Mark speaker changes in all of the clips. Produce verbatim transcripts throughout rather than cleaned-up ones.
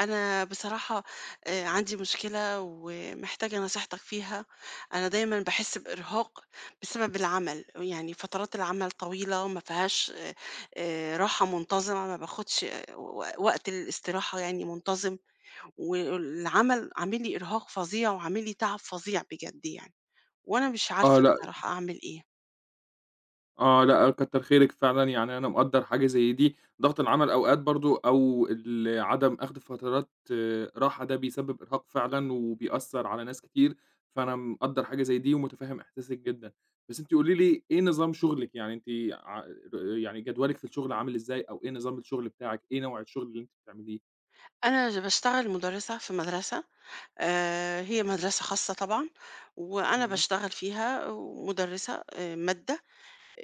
Speaker 1: أنا بصراحة، آه، عندي مشكلة ومحتاجة نصيحتك فيها. أنا دايما بحس بإرهاق بسبب العمل، يعني فترات العمل طويلة وما فيهاش آه، آه، راحة منتظمة، ما باخدش آه، و- وقت الاستراحة يعني منتظم، والعمل عامل لي إرهاق فظيع وعامل لي تعب فظيع بجد يعني. وأنا مش
Speaker 2: آه
Speaker 1: عارفة
Speaker 2: لأ،
Speaker 1: بصراحة أعمل إيه.
Speaker 2: آه لأ، كتّر خيرِك فعلًا، يعني أنا مقدّر حاجة زي دي، ضغط العمل أوقات برضه أو ال عدم أخْد فترات آه، راحة ده بيسبب إرهاق فعلًا وبيأثّر على ناس كتير، فأنا مقدّر حاجة زي دي ومُتفهّم إحساسِك جدًا. بس أنتِ قولي لي إيه نظام شُغلِك، يعني أنتِ ع ر يعني جدولِك في الشغل عامل إزاي أو إيه نظام الشغل بتاعِك، إيه نوع الشغل اللي أنتِ بتعمليه؟
Speaker 1: أنا بشتغل مدرسة في مدرسة، آآ هي مدرسة خاصة طبعًا، وأنا
Speaker 2: إمم.
Speaker 1: باشتغل فيها ومُدرِّسة آآ مادة.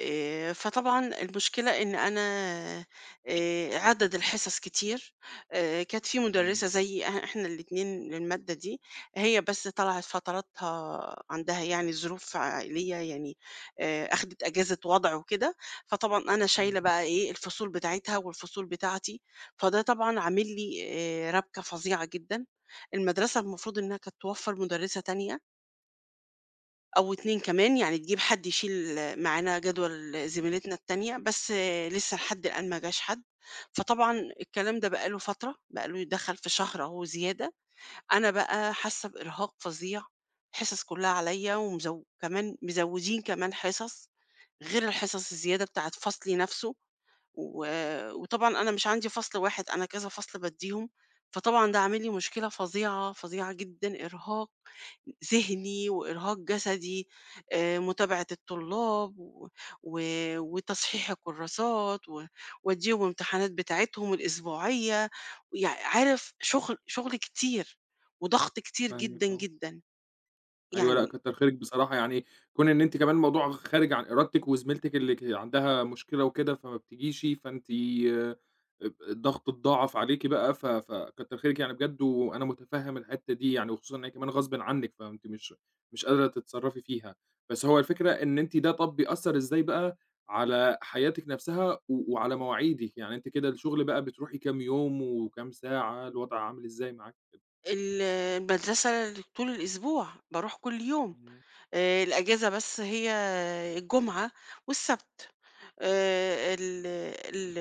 Speaker 1: آآ، فطبعًا المشكلة إن أنا، آآ، عدد الحصص كتير. آآ، كانت في
Speaker 2: إمم،
Speaker 1: مُدرسة زيي، إح إحنا الاتنين للمادة دي، هي بس طلعت فتراتها عندها يعني ظروف عائلية يعني، آآ، أخدت إجازة وضْع وكده. فطبعًا أنا
Speaker 2: إمم.
Speaker 1: شايلة بقى إيه، الفصول بتاعتها والفصول بتاعتي، فده طبعًا عامل لي آآ، رَبْكَة فظيعة جدًا. المدرسة المفروض إنها كانت توفّر مُدرسة تانية أو اتنين كمان، يعني تجيب حد يشيل معانا جدول زميلتنا التانية، بس لسه لحد الآن ما جاش حد. فطبعًا الكلام ده بقى له فترة، بقى له يدخّل في شهر أهو زيادة. أنا بقى حاسة بإرهاق فظيع، الحصص كلها عليَّ، ومزو كمان مزوّدين كمان حصص، غير الحصص الزيادة بتاعة فصلي نفسه. و وطبعًا أنا مش عندي فصل واحد، أنا كذا فصل بادّيهم، فطبعًا ده عامل لي مشكلة فظيعة، فظيعة جدًا، إرهاق ذهني وإرهاق جسدي. آآ، متابعة الطلاب و و وتصحيح الكراسات و وأدّيهم الامتحانات بتاعتهم الأسبوعية، ويع عارف شغل شغل كتير وضغط كتير
Speaker 2: فاهمِك
Speaker 1: جدًا،
Speaker 2: آه.
Speaker 1: جدًا.
Speaker 2: أيوه، لأ
Speaker 1: يعني
Speaker 2: كتّر خيرِك بصراحة، يعني كون إن أنتِ كمان الموضوع خارج عن إرادتِك وزميلتِك اللي ك عندها مشكلة وكده فما بتجيش، فأنتِ آآ، اب الضغط اتضاعف عليكِ بقى ف فكتّر خيرِك يعني بجد، وأنا متفهّم الحتّة دي يعني، وخصوصًا إن هي كمان غصبٍ عنِّك، فأنتِ مش مش قادرة تتصرّفي فيها. بس هو الفكرة إن أنتِ ده طَب بيأثّر إزاي بقى على حياتِك نَفْسها و وعلى مواعيدِك؟ يعني أنتِ كده الشغل بقى بتروحي كام يوم وكام ساعة، الوضع عامل إزاي معاكِ؟
Speaker 1: ال المدرسة طول الأسبوع، باروح كل يوم.
Speaker 2: إمم،
Speaker 1: آآ الأجازة بس هي الجمعة والسبت. آآ ال ال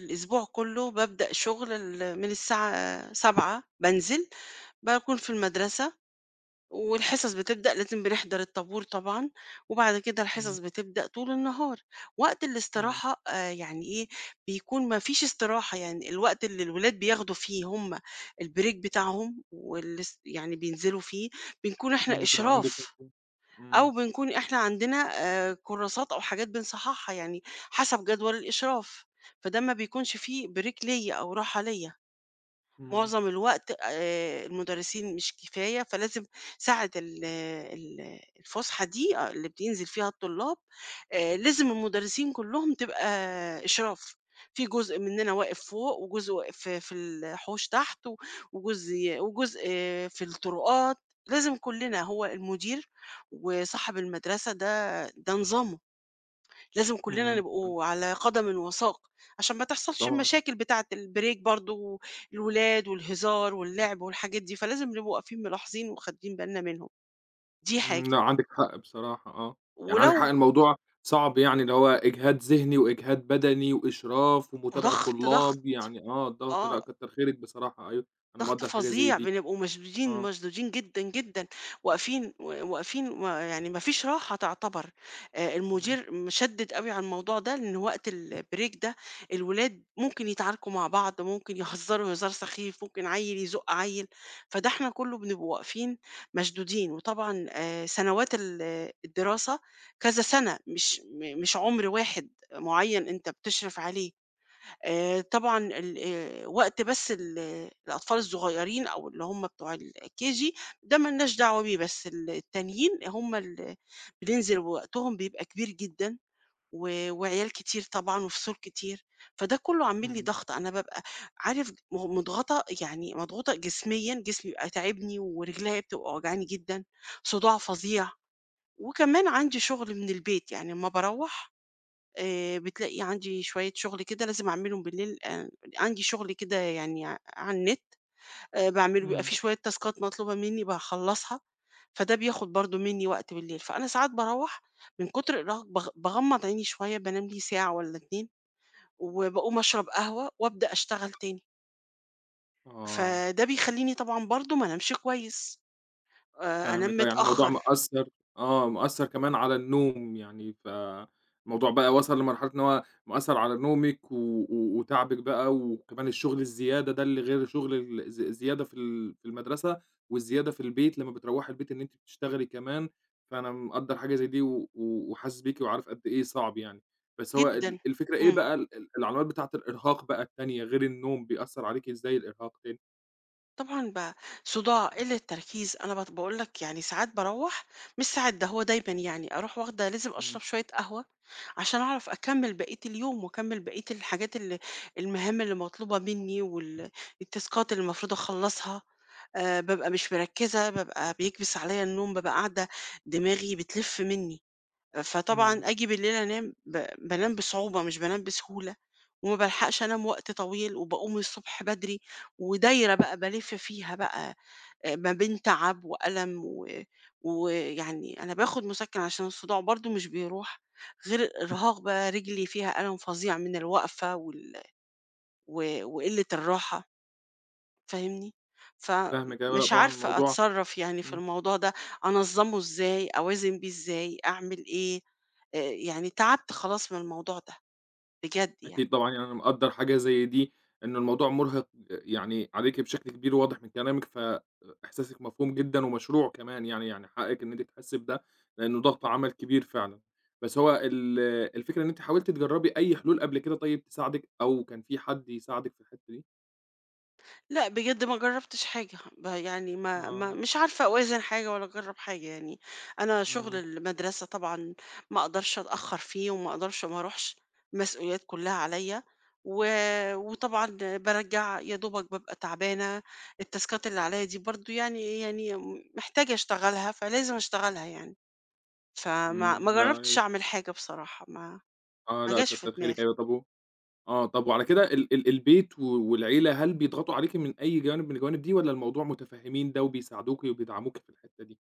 Speaker 1: الأسبوع كُلّه بابدأ شغل ال من الساعة سبعة بانزل، باكون في المدرسة والحصص بتبدأ، لازم بنحضر الطابور طبعًا، وبعد كده الحصص
Speaker 2: إمم،
Speaker 1: بتبدأ طول النهار. وقت
Speaker 2: إمم.
Speaker 1: الاستراحة آآ يعني إيه، بيكون ما فيش استراحة، يعني الوقت اللي الولاد بياخدوا فيه هم الbreak بتاعهم، والاس يعني بينزلوا فيه، بنكون إحنا
Speaker 2: بتبقى عندِك
Speaker 1: إشراف.
Speaker 2: أنتِ
Speaker 1: أو
Speaker 2: إمم،
Speaker 1: بنكون إحنا عندنا آآ كورسات أو حاجات بنصحّحها يعني حسب جدول الإشراف، فده ما بيكونش فيه break ليّا أو راحة ليّا.
Speaker 2: إمم،
Speaker 1: معظم الوقت آآ المدرسين مش كفاية، فلازم ساعة ال ال الفُسحة دي، آه، اللي بينزل فيها الطلاب، آآ لازم المدرسين كلّهم تبقى إشراف، في جزء مننا واقف فوق، وجزء واقف في في الحوش تحت، و وجزء وجزء آه، في الطرقات. لازم كلّنا، هو المدير وصاحب المدرسة ده ده نظامه، لازم كلنا
Speaker 2: إمم، فاهم
Speaker 1: نبقوا على قدم وساق عشان ما تحصلش
Speaker 2: طبعًا،
Speaker 1: المشاكل بتاعة البريك برضو، الولاد والهزار واللعب والحاجات دي، فلازم نبقوا واقفين ملاحظين واخدين بالنا منهم. دي
Speaker 2: إمم،
Speaker 1: حاجة،
Speaker 2: لأ عندِك حق بصراحة آه، يعني
Speaker 1: ولو
Speaker 2: عندِك حق الموضوع صعب يعني اللي هو إجهاد ذهني وإجهاد بدني وإشراف ومتابعة
Speaker 1: وضغط ضغط
Speaker 2: طلاب، يعني آه الضغط
Speaker 1: اه
Speaker 2: لأ كتّر خيرِك بصراحة أيوه، أنا
Speaker 1: ضغط
Speaker 2: مقدّر حاجة زي
Speaker 1: فظيع،
Speaker 2: دي،
Speaker 1: بنبقوا مشدودين،
Speaker 2: آه،
Speaker 1: مشدودين جدًا، جدًا، واقفين و واقفين و يعني ما فيش راحة تعتبر. آآ
Speaker 2: إمم،
Speaker 1: المدير مشدِّد أوي على الموضوع ده، لإن وقت الbreak ده الولاد ممكن يتعاركوا مع بعض، ممكن يهزروا هزار سخيف، ممكن عيّل يزُق عيّل، فده إحنا كُلّه بنبقى واقفين مشدودين. وطبعًا آآ سنوات ال الدراسة كذا سَنة، مش م مش عُمر واحد معيّن أنت بتشرف عليه. آآ طبعًا ال آآ وقت بس ال آه، الأطفال الصغيّرين أو اللي هم بتوع الKG ده ما لناش دعوة بيه، بس ال التانيين هم ال بننزل ووقتهم بيبقى كبير جدًا و وعيال كتير طبعًا وفصول كتير، فده كُلّه عامل لي
Speaker 2: إمم،
Speaker 1: ضغط. أنا بابقى عارف م مضغوطة، يعني مضغوطة جسميًا، جسمي بيبقى تاعبني ورجليّا بتبقى واجعاني جدًا، صداع فظيع. وكمان عندي شغل من البيت، يعني أمّا باروّح آآ بتلاقي عندي شوية شغل كده لازم أعملهم بالليل، آآ عندي شغل كده يعني ع على النت آآ باعمله، بيبقى
Speaker 2: إمم،
Speaker 1: في شوية تاسكات مطلوبة منّي باخلّصها، فده بياخد برضه منّي وقت بالليل. فأنا ساعات باروّح من كتر الإرهاق باغ باغمّض عيني شوية، بانام لي ساعة والّا اتنين، وباقوم أشرب قهوة وأبدأ أشتغل تاني،
Speaker 2: آه.
Speaker 1: فده بيخلّيني طبعًا برضه ما انامش كويس، آآ أنام
Speaker 2: فاهمِك آه، يعني الموضوع
Speaker 1: متأخر
Speaker 2: مأثّر آه، مأثّر كمان على النوم يعني، ف الموضوع بقى وصل لمرحلة إن هو مأثّر على نومِك و و وتعبِك بقى، وكمان الشغل الزيادة ده اللي غير شغل ال الز الزيادة في ال في المدرسة، والزيادة في البيت لمّا بتروّحي البيت إن أنتِ بتشتغلي كمان، فأنا مقدّر حاجة زي دي و و وحاسس بيكِ وعارف قد إيه صعب يعني. بس هو ال
Speaker 1: جدًا.
Speaker 2: الفكرة إيه
Speaker 1: إمم.
Speaker 2: بقى ال ال العلامات بتاعة الإرهاق بقى التانية غير النوم، بيأثّر عليكِ إزاي الإرهاق تاني؟
Speaker 1: طبعًا ب صُداع، قِلّة تركيز. أنا بت باقول لك، يعني ساعات باروّح، مش ساعات، ده هو دايمًا، يعني أروح واخدة، لازم
Speaker 2: إمم،
Speaker 1: أشرب شوية قهوة عشان أعرف أكمّل بقية اليوم، وأكمّل بقية الحاجات، ال المهام اللي مطلوبة منّي وال التاسكات اللي المفروض أخلّصها. آآ بابقى مش مركّزة، بابقى بيكبس عليّا النوم، بابقى قاعدة دماغي بتلِف منّي. فطبعًا
Speaker 2: إمم،
Speaker 1: آجي بالليل أنام، ب بانام بصعوبة مش بانام بسهولة، وما بالحقش أنام وقت طويل، وباقوم الصبح بدري، ودايرة بقى بالِف فيها بقى آآ، ما بين تعب وألم و ويعني أنا باخد مسكن عشان الصداع برضه مش بيروح، غير الإرهاق بقى رجلي فيها ألم فظيع من الوقفة وال و وقلة الراحة. فاهمني؟
Speaker 2: فاهمِك أيوه، لأ
Speaker 1: فمش
Speaker 2: طبعًا
Speaker 1: عارفة
Speaker 2: الموضوع
Speaker 1: أتصرّف يعني في
Speaker 2: إمم.
Speaker 1: الموضوع ده، أنظّمه إزاي، أوازن بيه إزاي، أعمل إيه؟ آآ يعني تعبت خلاص من الموضوع ده بجد يعني.
Speaker 2: أكيد طبعًا، يعني أنا مقدّر حاجة زي دي، إن الموضوع مرهق يعني عليكِ بشكل كبير واضح من كلامِك، فإحساسِك مفهوم جدًا ومشروع كمان يعني، يعني حقِّك إن أنتِ تحسّي بده، لإنه ضغط عمل كبير فعلًا. بس هو ال الفكرة إن أنتِ حاولتِ تجرّبي أي حلول قبل كده طيب تساعدِك أو كان في حد يساعدِك في الحتّة دي؟
Speaker 1: لأ، بجد ما جرّبتش حاجة، ب يعني ما ما
Speaker 2: آه،
Speaker 1: مش عارفة أوازن حاجة ولا أجرّب حاجة يعني. أنا شغل
Speaker 2: إمم،
Speaker 1: المدرسة طبعًا ما أقدرش أتأخّر فيه وما أقدرش ما أروحش، المسؤوليات كلّها عليّا. و وطبعًا بارجّع يا دوبك بابقى تعبانة، التاسكات اللي عليّا دي برضه يعني يعني محتاجة أشتغلها، فلازم أشتغلها يعني. فما
Speaker 2: إمم،
Speaker 1: ما
Speaker 2: لأ،
Speaker 1: جرّبتش أعمل حاجة بصراحة، ما
Speaker 2: آه،
Speaker 1: ما
Speaker 2: لأ
Speaker 1: جاش في
Speaker 2: كتّر خيرِك، أيوه
Speaker 1: دماغي.
Speaker 2: طب و آه، طب وعلى كده ال ال البيت و والعيلة هل بيضغطوا عليكِ من أي جانب من الجوانب دي والّا الموضوع متفهّمين ده وبيساعدوكِ وبيدعموكِ في الحتّة دي؟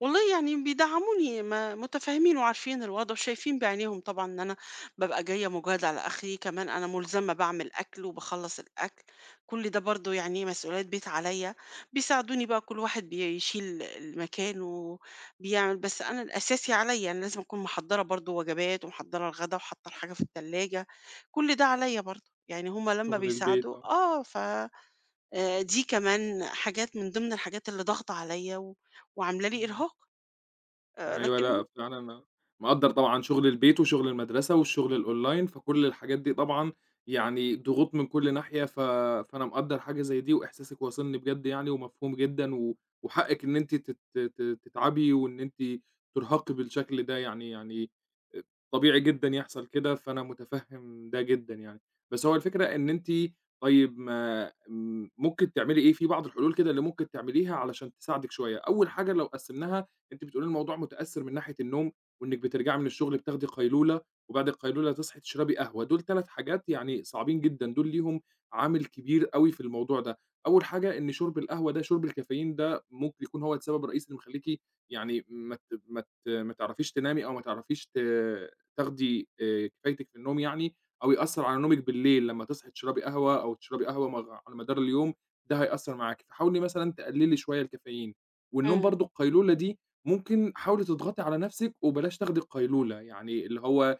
Speaker 1: والله يعني بيدعموني، ما متفاهمين وعارفين الوضع وشايفين بعينيهم طبعا ان انا ببقى جايه مجهد على اخري. كمان انا ملزمه بعمل اكل وبخلص الاكل، كل ده برضو يعني مسؤوليات بيت عليا. بيساعدوني بقى، كل واحد بيشيل المكان وبيعمل، بس انا الاساسي عليا، انا لازم اكون محضره برضو وجبات ومحضره الغدا وحاطه الحاجه في الثلاجه، كل ده عليا برضو. يعني هما لما
Speaker 2: شغل البيت
Speaker 1: بيساعدوا
Speaker 2: آه،
Speaker 1: اه ف آه، دي كمان حاجات من ضمن الحاجات اللي ضاغطه عليا و- وعامله لي
Speaker 2: إمم.
Speaker 1: ارهاق. آآ
Speaker 2: أيوه،
Speaker 1: لكن.
Speaker 2: لأ فعلًا أنا مقدّر طبعًا شغل البيت وشغل المدرسة والشغل الOnline، فكل الحاجات دي طبعًا يعني ضغوط من كل ناحية، ف فأنا مقدّر حاجة زي دي وإحساسِك واصلني بجد يعني ومفهوم جدًا، و وحقِّك إن أنتِ تت ت تتعبي وإن أنتِ ترهقي بالشكل ده يعني يعني آآ، طبيعي جدًا يحصل كده، فأنا متفهم ده جدًا يعني. بس هو الفكرة إن أنتِ طيب ما م ممكن تعملي إيه، في بعض الحلول كده اللي ممكن تعمليها علشان تساعدِك شوية. أول حاجة لو قسّمناها أنتِ بتقولي لي الموضوع متأثّر من ناحية النوم، وإنِّك بترجعي من الشغل بتاخدي قيلولة، وبعد القيلولة تصحي تشربي قهوة، دول ثلاث حاجات يعني صعبين جدًا، دول ليهم عامل كبير أوي في الموضوع ده. أول حاجة إن شُرب القهوة ده، شُرب الكافيين ده ممكن يكون هو السبب الرئيسي اللي مخلّيكِ يعني ما ت ما ت ما تعرفيش تنامي أو ما تعرفيش ت تاخدي آآ كفايتِك في النوم يعني، أو يأثّر على نومِك بالليل لمّا تصحي تشربي قهوة أو تشربي قهوة مغ على مدار اليوم، ده هيأثّر معاكِ. فحاولي مثلًا تقلّلي شوية الكافيين، والنوم
Speaker 1: إمم،
Speaker 2: برضه القيلولة دي ممكن حاولي تضغطي على نفسِك وبلاش تاخدي القيلولة، يعني اللي هو أ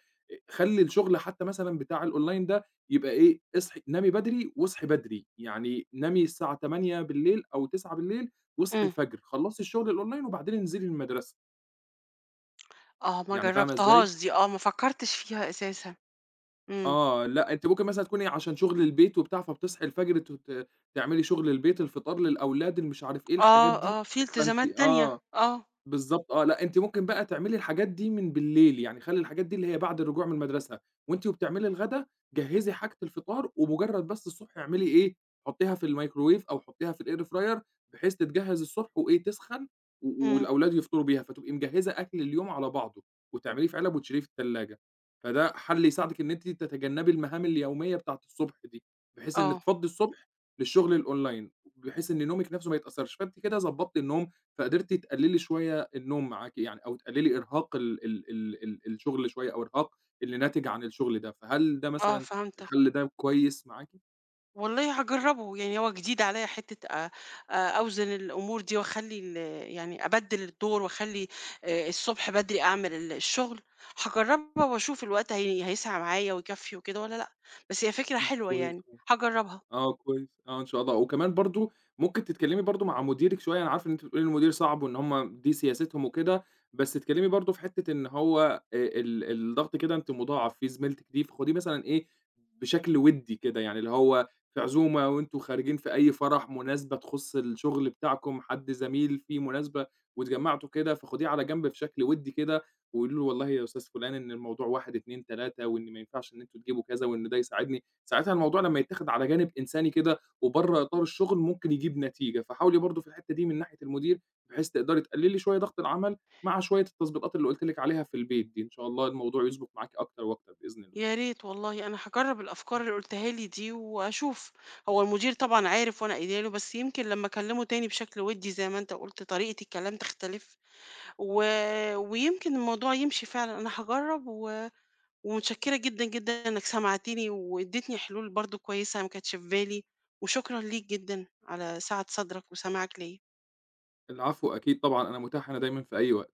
Speaker 2: خلّي الشغل حتى مثلًا بتاع الأونلاين ده يبقى إيه، اصحي نامي بدري واصحي بدري، يعني نامي الساعة تمانية أو تسعة واصحي
Speaker 1: إمم.
Speaker 2: الفجر، خلّصي الشغل الأونلاين وبعدين انزلي المدرسة،
Speaker 1: آه، ما
Speaker 2: يعني فاهمة إزاي؟
Speaker 1: جرّبتهاش دي، آه، ما فكّرتش فيها أساسًا. إمم.
Speaker 2: آه، لأ أنتِ ممكن مثلًا تكوني عشان شغل البيت وبتاع، فبتصحي الفجر ت ت تعملي شغل البيت، الفطار للأولاد، اللي مش عارف إيه، الحاجات
Speaker 1: آه،
Speaker 2: دي،
Speaker 1: آه، في
Speaker 2: فأنتِ
Speaker 1: التزامات تانية.
Speaker 2: آه.
Speaker 1: آه.
Speaker 2: بالضبط آه، لأ أنتِ ممكن بقى تعملي الحاجات دي من بالليل، يعني خلّي الحاجات دي اللي هي بعد الرجوع من المدرسة، وأنتِ وبتعملي الغدا جهّزي حاجة الفطار، ومجرّد بس الصبح اعملي إيه، حطّيها في الميكروويف أو حطّيها في الair fryer بحيث تتجهّز الصبح وإيه تسخن، و
Speaker 1: إمم.
Speaker 2: والأولاد يفطروا بيها، فتبقي مجهّزة أكل اليوم على بعضه، وتعمليه في علب وتشيليه في التلاجة، فده حَل يساعدِك إن أنتِ تتجنّبي المهام اليومية بتاعة الصبح دي، بحيث إن
Speaker 1: آه،
Speaker 2: تفضّي الصبح للشغل الأونلاين، بحيث إن نومِك نَفْسه ما يتأثّرش، فأنتِ كده ضبّطتِ النوم فقدرتِ تقللي شوية النوم معاكِ يعني أو تقللي إرهاق ال ال ال ال الشغل شوية أو إرهاق اللي ناتج عن الشغل ده، فهل ده
Speaker 1: آه،
Speaker 2: مثلًا
Speaker 1: فهمتك.
Speaker 2: الحل ده كويس معاكِ؟
Speaker 1: والله هاجرّبه، يعني هو جديد عليّا حتّة أ أ أوزن الأمور دي وأخلّي ال يعني أبدِّل الدور وأخلّي آآ الصبح بدري أعمل ال الشغل. هاجرّبها وأشوف الوقت، هي هيسعى معايا ويكفّي وكده والّا لأ، بس هي فكرة
Speaker 2: إمم،
Speaker 1: حلوة
Speaker 2: كويس.
Speaker 1: يعني. هاجرّبها.
Speaker 2: آه كويس، آه إن شاء الله، وكمان برضه ممكن تتكلمي برضه مع مديرِك شوية، أنا عارف إن أنتِ بتقولي إن المدير صعب وإن هُم دي سياستهم وكده، بس تتكلمي برضه في حتة إن هو آآ ال الضغط كده أنتِ مضاعف، في زميلتِك دي فخديه مثلًا إيه بشكل وِدّي كده، يعني اللي هو في عزومة وأنتم خارجين في أي فرح، مناسبة تخص الشغل بتاعكم، حد زميل في مناسبة واتجمعتوا كده، فخديه على جنب بشكل وِدّي كده، وقولي له والله يا أستاذ فلان إن الموضوع واحد، اثنين، تلاتة وإن ما ينفعش إن أنتم تجيبوا كذا وإن ده يساعدني. ساعتها الموضوع لمّا يتاخد على جانب إنساني كده وبرّه إطار الشغل ممكن يجيب نتيجة، فحاولي برضه في الحتّة دي من ناحية المدير بحيث تقدري تقللي شوية ضغط العمل مع شوية التضبيطات اللي قُلت لِك عليها في البيت دي، إن شاء الله الموضوع يضبط معاكِ أكتر وأكتر بإذن الله.
Speaker 1: يا ريت والله، انا هجرب الافكار اللي قلتها لي دي واشوف. هو المدير طبعا عارف، وانا قايله له، بس يمكن لما اكلمه تاني بشكل ودي زي ما انت قلت طريقة الكلام تختلف و... ويمكن الموضوع يمشي فعلا. انا هجرب و... ومتشكرة جدا جدا انك سمعتني واديتني حلول برضو كويسة ما كانتش في بالي، وشكرا ليك جدا على سعة صدرك وسماعك ليا.
Speaker 2: العفو أكيد طبعًا، أنا متاح هنا دايمًا في أي وقت.